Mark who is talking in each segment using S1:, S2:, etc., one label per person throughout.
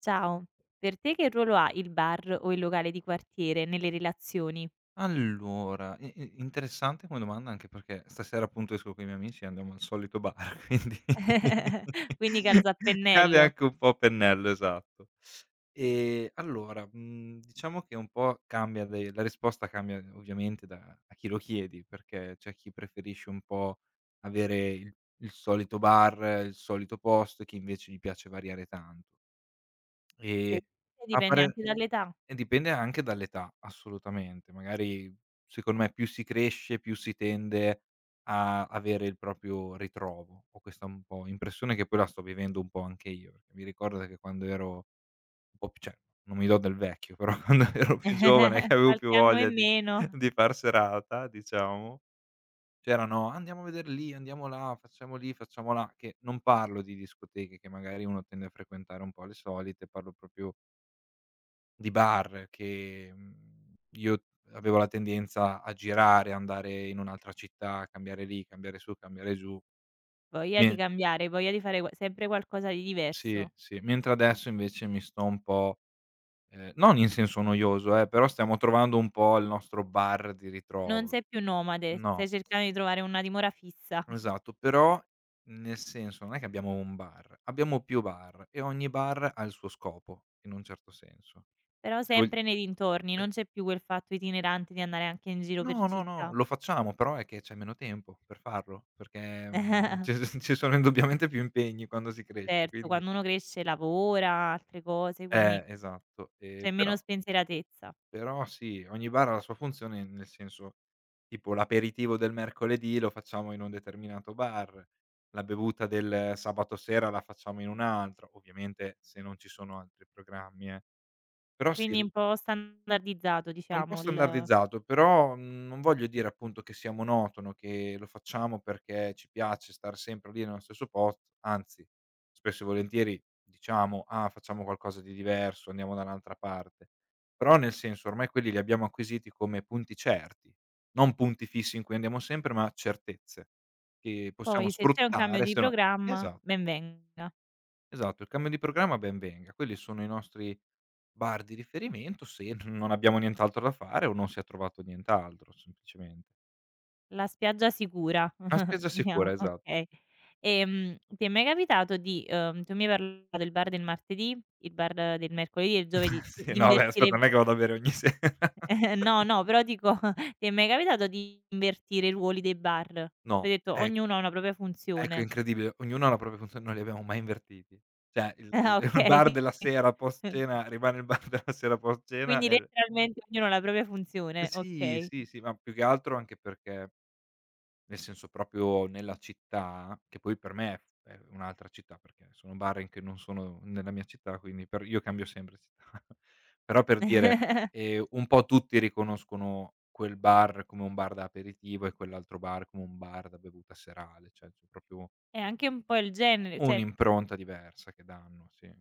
S1: Ciao, per te che ruolo ha il bar o il locale di quartiere nelle relazioni?
S2: Allora, i i interessante come domanda anche perché stasera appunto esco coi miei amici e andiamo al solito bar, quindi
S1: Quindi calza a
S2: cade
S1: pennello.
S2: anche un po' a pennello, esatto. Allora, diciamo che un po' cambia de la risposta cambia ovviamente da a chi lo chiedi, perché c'è chi preferisce un po' avere il solito bar, il solito posto, e chi invece gli piace variare tanto.
S1: Sì.
S2: E
S1: E
S2: a
S1: dipende
S2: parer
S1: anche dall'età.
S2: e dipende anche dall'età, assolutamente. Magari, secondo me, più si cresce, più si tende a avere il proprio ritrovo. Ho questa un po' impressione che poi la sto vivendo un po' anche io, perché mi ricordo che quando ero un po' p cioè, non mi do del vecchio, però quando ero più giovane, che avevo più
S1: Qualche anno
S2: voglia
S1: in
S2: di
S1: meno,
S2: di far serata, diciamo, c'erano: "Andiamo a vedere lì, andiamo là, facciamo lì, facciamo là", che non parlo di discoteche che magari uno tende a frequentare un po' le solite, parlo proprio di bar che, io avevo la tendenza a girare, andare in un'altra città, cambiare lì, cambiare su, cambiare giù.
S1: voglia di
S2: Me
S1: cambiare, voglia di fare qua sempre qualcosa di
S2: sì,
S1: diverso.
S2: sì, mentre adesso invece mi sto un po' non in senso noioso però stiamo trovando un po' il nostro bar di
S1: Non
S2: ritrovo.
S1: sei più nomade, stai
S2: No,
S1: cercando di trovare una dimora fissa.
S2: esatto, però nel senso non è che abbiamo un bar, abbiamo più bar e ogni bar ha il suo scopo in un certo senso.
S1: Però
S2: Se vogl
S1: sempre nei dintorni, non c'è più quel fatto itinerante di andare anche in giro per
S2: No, no, no,
S1: città.
S2: lo facciamo, però è che c'è meno tempo per farlo, perché, ci s ci sono indubbiamente più impegni quando si cresce,
S1: Certo,
S2: quindi
S1: quando uno cresce lavora, altre cose, quindi
S2: esatto.
S1: c'è meno
S2: Però
S1: spensieratezza.
S2: però sì, ogni bar ha la sua funzione, nel senso, tipo l'aperitivo del mercoledì lo facciamo in un determinato bar, la bevuta del sabato sera la facciamo in un altro, ovviamente se non ci sono altri programmi. Però sì.
S1: Quindi un po' standardizzato
S2: È un po'
S1: diciamo il
S2: standardizzato, però, non voglio dire appunto che sia monotono, che lo facciamo perché ci piace star sempre lì nello stesso posto, anzi spesso e volentieri diciamo: "Ah, facciamo qualcosa di diverso, andiamo da un'altra parte." Però nel senso ormai quelli li abbiamo acquisiti come punti certi, non punti fissi in cui andiamo sempre, ma certezze che possiamo
S1: poi se c'è un cambio
S2: sfruttare
S1: di
S2: se no.
S1: programma,
S2: esa
S1: ben venga.
S2: Esatto, il cambio di programma ben venga. Quelli sono i nostri bar di riferimento se n non abbiamo nient'altro da fare o non si è trovato nient'altro semplicemente.
S1: La spiaggia sicura,
S2: Una spesa
S1: diciamo,
S2: sicura, esatto.
S1: okay. Ti è mai capitato di tu mi hai parlato del bar del martedì, il bar del mercoledì e il giovedì, di
S2: Sì,
S1: di
S2: no beh, aspetta,
S1: invertire?
S2: non è che vado a bere ogni sera.
S1: No, no, però dico ti è mai capitato di invertire i ruoli dei bar? Tu hai
S2: No,
S1: detto
S2: ecco,
S1: ognuno ha una propria
S2: ecco è
S1: funzione.
S2: incredibile, ognuno ha la propria funzione, non li abbiamo mai invertiti. Cioè il
S1: Ah,
S2: il bar
S1: okay.
S2: della sera post cena rimane il bar della sera post cena
S1: Quindi
S2: e il
S1: letteralmente ognuno ha la propria
S2: eh
S1: funzione,
S2: sì,
S1: okay.
S2: sì, sì, ma più che altro anche perché nel senso proprio nella città, che poi per me è un'altra città, perché sono Barring che non sono nella mia città, quindi per io cambio sempre città. Però per dire, un po' tutti riconoscono quel bar come un bar da aperitivo e quell'altro bar come un bar da bevuta serale, cioè c'è proprio
S1: È anche un po' il genere, cioè
S2: un'impronta diversa che danno, sì.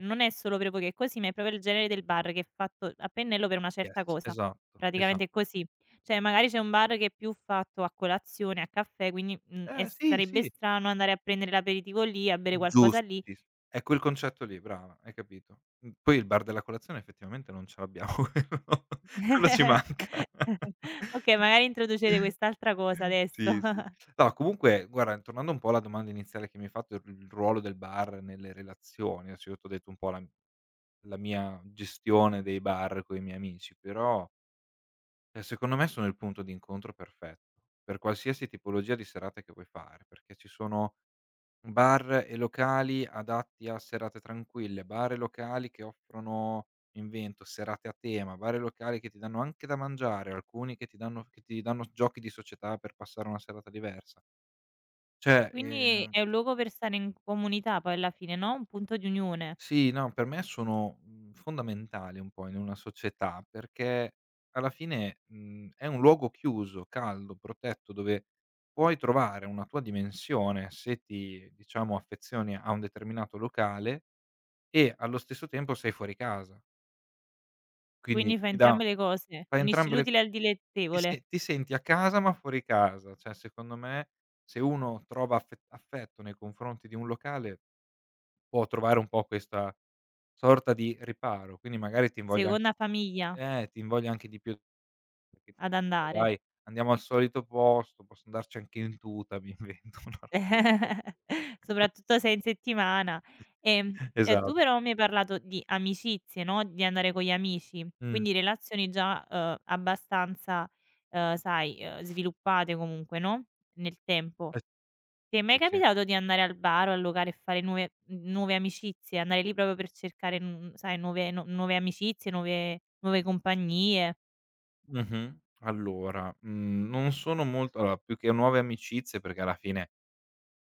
S1: non è solo Prepo che è così, ma è proprio il genere del bar che è fatto a pennello per una
S2: Yes,
S1: certa cosa.
S2: esatto, esa
S1: Praticamente è così. Cioè magari c'è un bar che è più fatto a colazione, a caffè, quindi, e
S2: eh sì,
S1: sarebbe
S2: sì.
S1: strano andare a prendere l'aperitivo lì, a bere qualcosa
S2: Giusti,
S1: lì.
S2: è quel concetto lì, brava, hai capito. Poi il bar della colazione effettivamente non ce l'abbiamo, quello quello ci manca.
S1: Okay, magari introducete quest'altra cosa adesso.
S2: Sì, sì. No, comunque guarda, tornando un po' alla domanda iniziale che mi hai fatto, il ruolo del bar nelle relazioni, adesso io t'ho detto un po' la mia gestione dei bar coi miei amici, però, secondo me sono il punto d'incontro perfetto, per qualsiasi tipologia di serate che vuoi fare, perché ci sono bar e locali adatti a serate tranquille, bar e locali che offrono mi invento, serate a tema, bar e locali che ti danno anche da mangiare, alcuni che ti danno giochi di società per passare una serata diversa. Cioè,
S1: Quindi è un luogo per stare in comunità poi alla fine, no, un punto di unione.
S2: sì, no, per me sono, fondamentali un po' in una società, perché alla fine, è un luogo chiuso, caldo, protetto, dove puoi trovare una tua dimensione se ti, diciamo, affezioni a un determinato locale. E allo stesso tempo sei fuori casa, quindi
S1: Quindi fai
S2: ti dà
S1: entrambe le cose,
S2: fa
S1: unisci
S2: entrambe le
S1: l'utile
S2: co
S1: al
S2: ti
S1: dilettevole.
S2: se ti senti a casa ma fuori casa, cioè secondo me se uno trova affetto nei confronti di un locale può trovare un po' questa sorta di riparo, quindi magari
S1: Seconda famiglia.
S2: ti invoglia anche di più perché
S1: Ad
S2: dici:
S1: andare.
S2: dai andiamo al solito posto, posso andarci anche in tuta, mi invento una roba del genere.
S1: Soprattutto se è in settimana. Ehm, e tu
S2: Esatto.
S1: però mi hai parlato di amicizie, no, di andare con gli amici,
S2: Mh.
S1: quindi relazioni già, abbastanza, sai, sviluppate comunque, no, nel tempo.
S2: Eh
S1: Ti è mai
S2: sì, sì.
S1: capitato di andare al bar o al locale e fare nuove n nuove amicizie? Andare lì proprio per cercare, n sai, nuove nu nuove amicizie, nuove compagnie?
S2: Mh-mh. Allora, non sono molto allora più che nuove amicizie, perché alla fine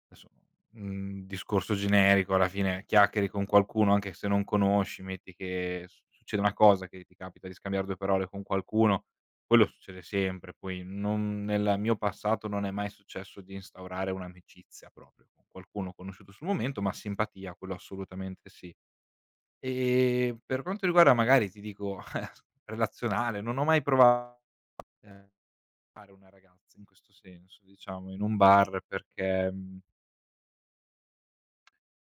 S2: adesso, discorso generico, alla fine chiacchieri con qualcuno anche se non conosci, metti che s succede una cosa, che ti capita di scambiare due parole con qualcuno, quello succede sempre. Poi non nel mio passato non è mai successo di instaurare un'amicizia proprio con qualcuno conosciuto sul momento, ma simpatia, quello assolutamente sì. Per quanto riguarda magari ti dico relazionale, non ho mai prova ehm fare una ragazza in questo senso, diciamo, in un bar perché,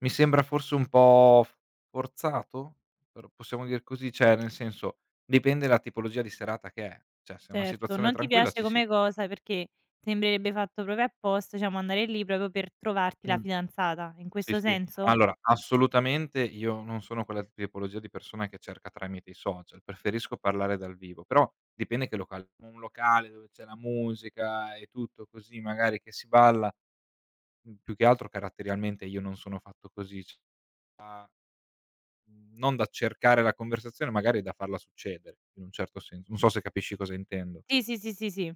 S2: mi sembra forse un po' f forzato? Però possiamo dir così? Cioè, nel senso, dipende la tipologia di serata che è. Cioè, se è una
S1: Certo,
S2: situazione
S1: non ti
S2: tranquilla
S1: piace
S2: ci si
S1: come cosa perché sembrerebbe fatto proprio apposta, diciamo andare lì proprio per trovarti la
S2: Mh.
S1: fidanzata, in
S2: Sì,
S1: questo
S2: sì.
S1: senso?
S2: Allora, assolutamente io non sono quella tipologia di persona che cerca tramite i social, preferisco parlare dal vivo, però dipende che locale. Un locale dove c'è la musica e tutto così, magari che si balla, più che altro caratterialmente io non sono fatto così. A non da cercare la conversazione, magari da farla succedere, in un certo senso. Non so se capisci cosa intendo.
S1: Sì, sì, sì, sì, sì.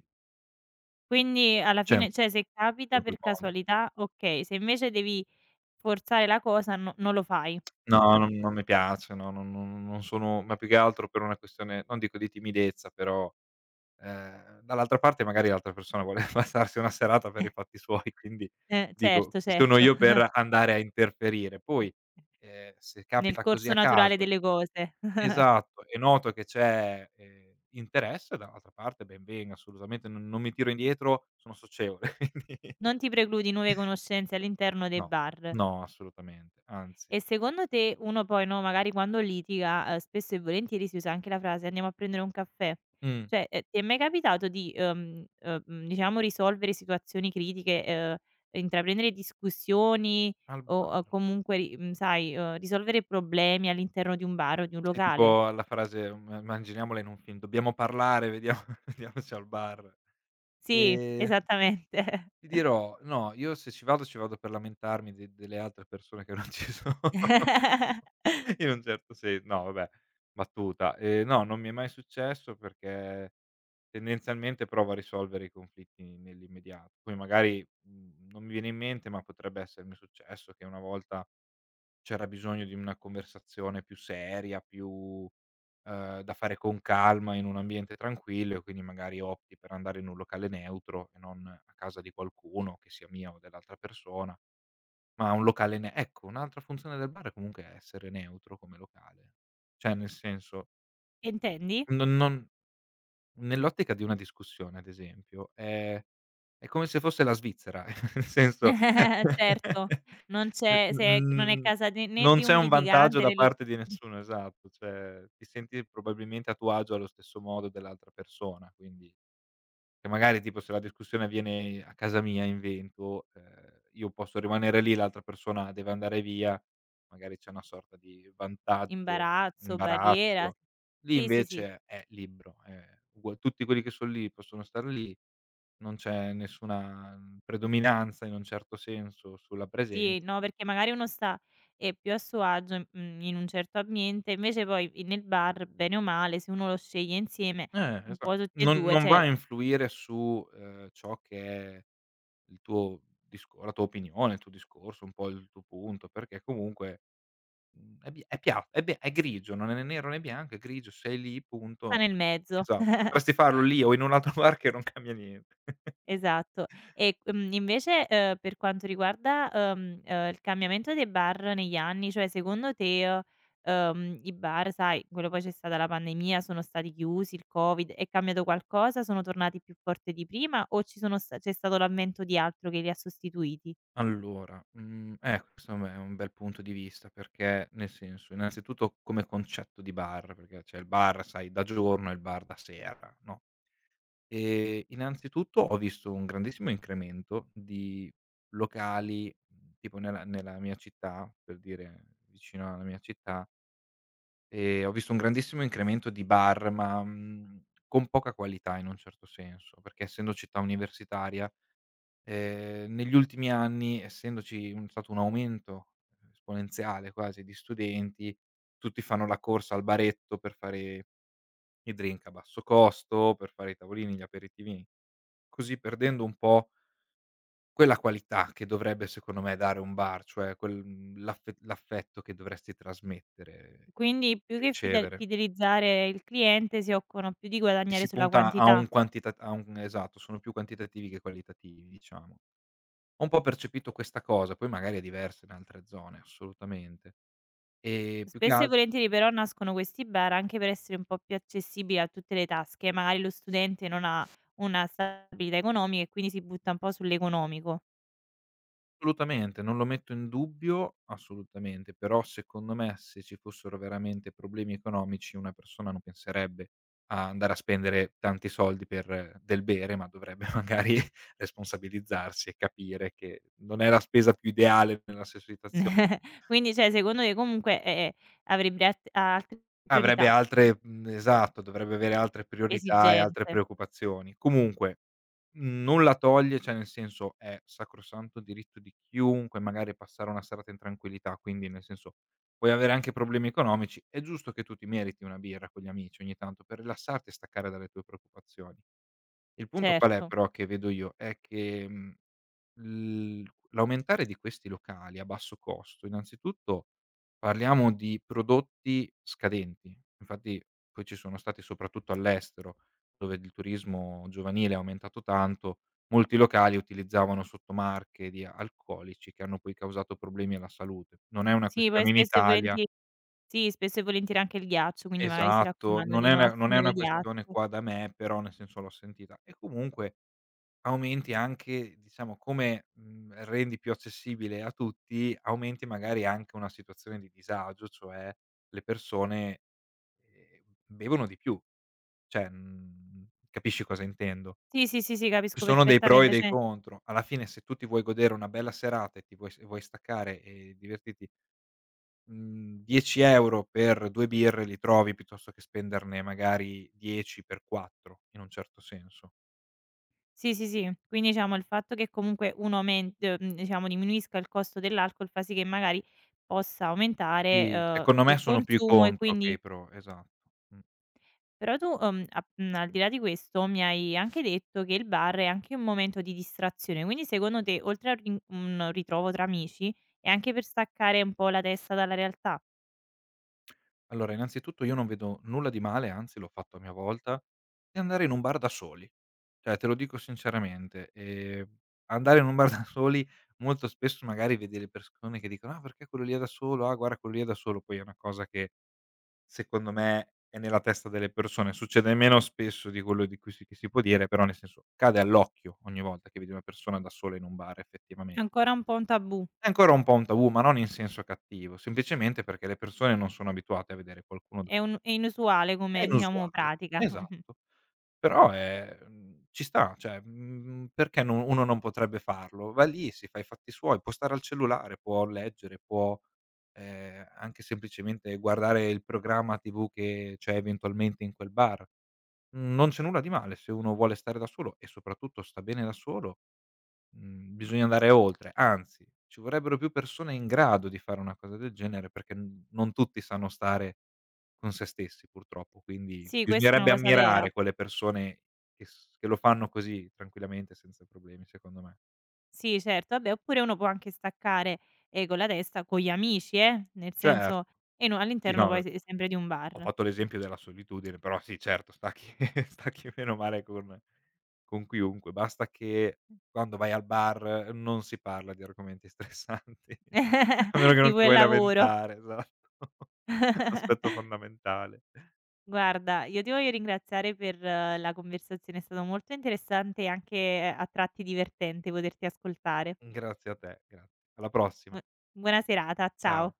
S1: Quindi alla
S2: Cioè un
S1: fine, cioè se
S2: po'
S1: capita
S2: in quel
S1: per
S2: modo.
S1: casualità okay, se invece devi forzare la cosa no, non lo fai.
S2: No, non mi piace, no, non sono, ma più che altro per una questione, non dico di timidezza, però, dall'altra parte magari l'altra persona vuole passarsi una serata per i fatti suoi, quindi dico,
S1: Certo,
S2: chi sono
S1: certo.
S2: io per andare a interferire. Poi, se
S1: Nel
S2: capita così
S1: corso
S2: a
S1: naturale
S2: caso e
S1: delle cose.
S2: esatto, e noto che c'è, interesse dall'altra parte, ben venga, assolutamente, non mi tiro indietro, sono socievole, quindi
S1: Non ti precludi nuove conoscenze all'interno dei
S2: no,
S1: bar.
S2: no, assolutamente, anzi.
S1: E secondo te uno poi, no, magari quando litiga, spesso e volentieri si usa anche la frase: "Andiamo a prendere un caffè."
S2: Mh,
S1: Cioè, ti è mai capitato di, diciamo risolvere situazioni critiche, intraprendere discussioni
S2: al
S1: o,
S2: bar.
S1: comunque sai, risolvere problemi all'interno di un bar o di un
S2: Sì,
S1: locale?
S2: tipo la frase, ma immaginiamola in un film: "Dobbiamo parlare, vediamo vediamoci al bar".
S1: Sì,
S2: Ehm
S1: esattamente.
S2: Ti dirò, no, io se ci vado, ci vado per lamentarmi de delle altre persone che non ci sono. In un certo sen No vabbè, battuta. No, non mi è mai successo perché tendenzialmente provo a risolvere i conflitti nell'immediato. Poi magari, non mi viene in mente, ma potrebbe essermi successo che una volta c'era bisogno di una conversazione più seria, più, da fare con calma in un ambiente tranquillo e quindi magari opti per andare in un locale neutro e non a casa di qualcuno, che sia mia o dell'altra persona, ma un locale ne ecco, un'altra funzione del bar è comunque essere neutro come locale. Cioè nel senso,
S1: Intendi?
S2: non non nell'ottica di una discussione, ad esempio, è come se fosse la Svizzera, nel senso
S1: Certo, non
S2: n
S1: c'è se non è
S2: mhmm,
S1: casa di né
S2: non
S1: di
S2: c'è
S1: un
S2: un vantaggio
S1: litigante
S2: da
S1: né l
S2: parte di nessuno, esatto, cioè ti senti probabilmente a tuo agio allo stesso modo dell'altra persona, quindi che magari tipo se la discussione avviene a casa mia invento, io posso rimanere lì, l'altra persona deve andare via, magari c'è una sorta di vantaggio,
S1: Imbarazzo, barriera
S2: imbarazzo. Lì
S1: sì, sì, sì,
S2: invece è libero, è ugua tutti quelli che son lì possono star lì, non c'è nessuna, predominanza in un certo senso sulla
S1: sì,
S2: presenza.
S1: no, perché magari uno sta è più a suo agio, in in un certo ambiente, invece poi i nel bar, bene o male, se uno lo sceglie insieme, un
S2: Esa
S1: po' tutti e
S2: non
S1: 2,
S2: non va
S1: cioè,
S2: a influire su, ciò che è il tuo disco la tua opinione, il tuo discorso, un po' il tuo punto, perché comunque Mhmm, è bia è pia è be è grigio, non è né nero né bianco, è grigio, sei lì,
S1: sta
S2: punto.
S1: nel mezzo.
S2: Esatto, potresti farlo lì o in un altro bar che non cambia niente.
S1: Esatto. E, invece, per quanto riguarda, il cambiamento dei bar negli anni, cioè secondo te, i bar, sai, quello poi c'è stata la pandemia, sono stati chiusi, il Covid, è cambiato qualcosa? Sono tornati più forte di prima o ci sono sta c'è stato l'avvento di altro che li ha sostituiti?
S2: Allora, ecco, insomma è un bel punto di vista perché, nel senso, innanzitutto come concetto di bar, perché c'è il bar, sai, da giorno e il bar da sera, no, innanzitutto ho visto un grandissimo incremento di locali, tipo nella mia città, per dire vicino alla mia città. Ho visto un grandissimo incremento di bar, ma, con poca qualità in un certo senso, perché essendo città universitaria, negli ultimi anni, essendoci un stato un aumento esponenziale quasi di studenti, tutti fanno la corsa al baretto per fare i drink a basso costo, per fare i tavolini, gli aperitivi, così perdendo un po' quella qualità che dovrebbe secondo me dare un bar, cioè quel l'affetto che dovresti trasmettere
S1: Quindi più
S2: e
S1: che
S2: ricevere.
S1: fidelizzare il cliente si occupano più di
S2: E
S1: guadagnare
S2: si
S1: sulla
S2: punta a
S1: quantità.
S2: un quantita a un Esatto, sono più quantitativi che qualitativi, diciamo. Ho un po' percepito questa cosa, poi magari è diversa in altre zone, assolutamente. E più che
S1: Spesso e
S2: al
S1: volentieri però nascono questi bar anche per essere un po' più accessibili a tutte le tasche, magari lo studente non ha una stabilità economica e quindi si butta un po' sull'economico.
S2: assolutamente, non lo metto in dubbio, assolutamente, però secondo me se ci fossero veramente problemi economici una persona non penserebbe a andare a spendere tanti soldi per del bere, ma dovrebbe magari responsabilizzarsi e capire che non è la spesa più ideale nella sua situazione.
S1: Quindi cioè secondo te comunque, avrebbe altre
S2: Avrebbe
S1: priorità,
S2: altre esatto, dovrebbe avere altre priorità e altre
S1: esigenze,
S2: preoccupazioni. Comunque, non la toglie, cioè nel senso è sacrosanto diritto di chiunque magari passare una serata in tranquillità, quindi nel senso puoi avere anche problemi economici, è giusto che tu ti meriti una birra con gli amici ogni tanto per rilassarti e staccare dalle tue preoccupazioni. Il punto qual è
S1: certo.
S2: però che vedo io, è che, mhmm l l'aumentare di questi locali a basso costo, innanzitutto parliamo di prodotti scadenti, infatti poi ci sono stati soprattutto all'estero, dove il turismo giovanile è aumentato tanto, molti locali utilizzavano sottomarche di alcolici che hanno poi causato problemi alla salute. Non è una
S1: Sì, poi
S2: questione in
S1: spesso e
S2: Italia
S1: volentieri sì, spesso e volentieri anche il ghiaccio, quindi magari si
S2: esatto,
S1: raccomanda
S2: non
S1: di
S2: è
S1: non
S2: una non è
S1: assumere
S2: una questione
S1: ghiaccio.
S2: qua da me, però nel senso l'ho sentita e comunque aumenti anche diciamo come, rendi più accessibile a tutti, aumenti magari anche una situazione di disagio, cioè le persone, bevono di più, cioè, capisci cosa intendo?
S1: Sì, sì, sì, sì,
S2: Ci
S1: capisco
S2: sono dei pro e
S1: perfettamente,
S2: dei
S1: cioè
S2: contro. Alla fine se tu ti vuoi godere una bella serata e ti vuoi staccare e divertirti, mhmm, 10 € per 2 birre li trovi piuttosto che spenderne magari 10 per 4, in un certo senso.
S1: sì, sì, sì. Quindi diciamo il fatto che comunque uno aumen diciamo diminuisca il costo dell'alcol fa sì che magari possa aumentare,
S2: Sì, secondo me
S1: il
S2: sono più i
S1: consumo e
S2: contro che
S1: quindi
S2: i pro, esatto. Mh.
S1: però tu, a al di là di questo mi hai anche detto che il bar è anche un momento di distrazione, quindi secondo te oltre a rin un ritrovo tra amici è anche per staccare un po' la testa dalla realtà?
S2: Allora, innanzitutto io non vedo nulla di male, anzi l'ho fatto a mia volta, di andare in un bar da soli. Cioè, te lo dico sinceramente, andare in un bar da soli molto spesso magari vedi le persone che dicono: "Ah, perché quello lì è da solo, ah guarda quello lì è da solo." Poi è una cosa che secondo me è nella testa delle persone, succede meno spesso di quello di cui si che si può dire, però nel senso cade all'occhio ogni volta che vedi una persona da sola in un bar effettivamen
S1: È ancora un po' un tabù,
S2: è ancora un po' un tabù, ma non in senso cattivo, semplicemente perché le persone non sono abituate a vedere qualcuno d
S1: è un è inusuale
S2: è
S1: come diciamo
S2: inusuale,
S1: pratica.
S2: esatto. Però è ci sta, cioè, perché no uno non potrebbe farlo? Va lì, si fa i fatti suoi, può stare al cellulare, può leggere, può, anche semplicemente guardare il programma TV che c'è eventualmente in quel bar. Non c'è nulla di male se uno vuole stare da solo e soprattutto sta bene da solo. Bisogna andare oltre, anzi ci vorrebbero più persone in grado di fare una cosa del genere perché n non tutti sanno stare con se stessi purtroppo, quindi
S1: Sì, questa è una
S2: bisognerebbe
S1: cosa vera.
S2: ammirare quelle persone che lo fanno così tranquillamente senza problemi secondo me.
S1: Sì, certo, vabbè, oppure uno può anche staccare, con la testa con gli amici, nel
S2: Certo,
S1: senso e no
S2: sì,
S1: all'interno
S2: no,
S1: poi se sempre di un
S2: ho
S1: bar.
S2: fatto l'esempio della solitudine, però sì certo sta chi sta chi meno male con chiunque, basta che quando vai al bar non si parla di argomenti stressanti, a meno che non
S1: Tipo
S2: ti
S1: il
S2: vuoi
S1: lavoro.
S2: lamentare, esatto. Aspetto fondamentale.
S1: Guarda, io ti voglio ringraziare per la conversazione, è stato molto interessante e anche a tratti divertente poterti ascoltare.
S2: Grazie a te, grazie. Alla
S1: Bu
S2: prossima.
S1: buona serata, ciao.
S2: Ciao.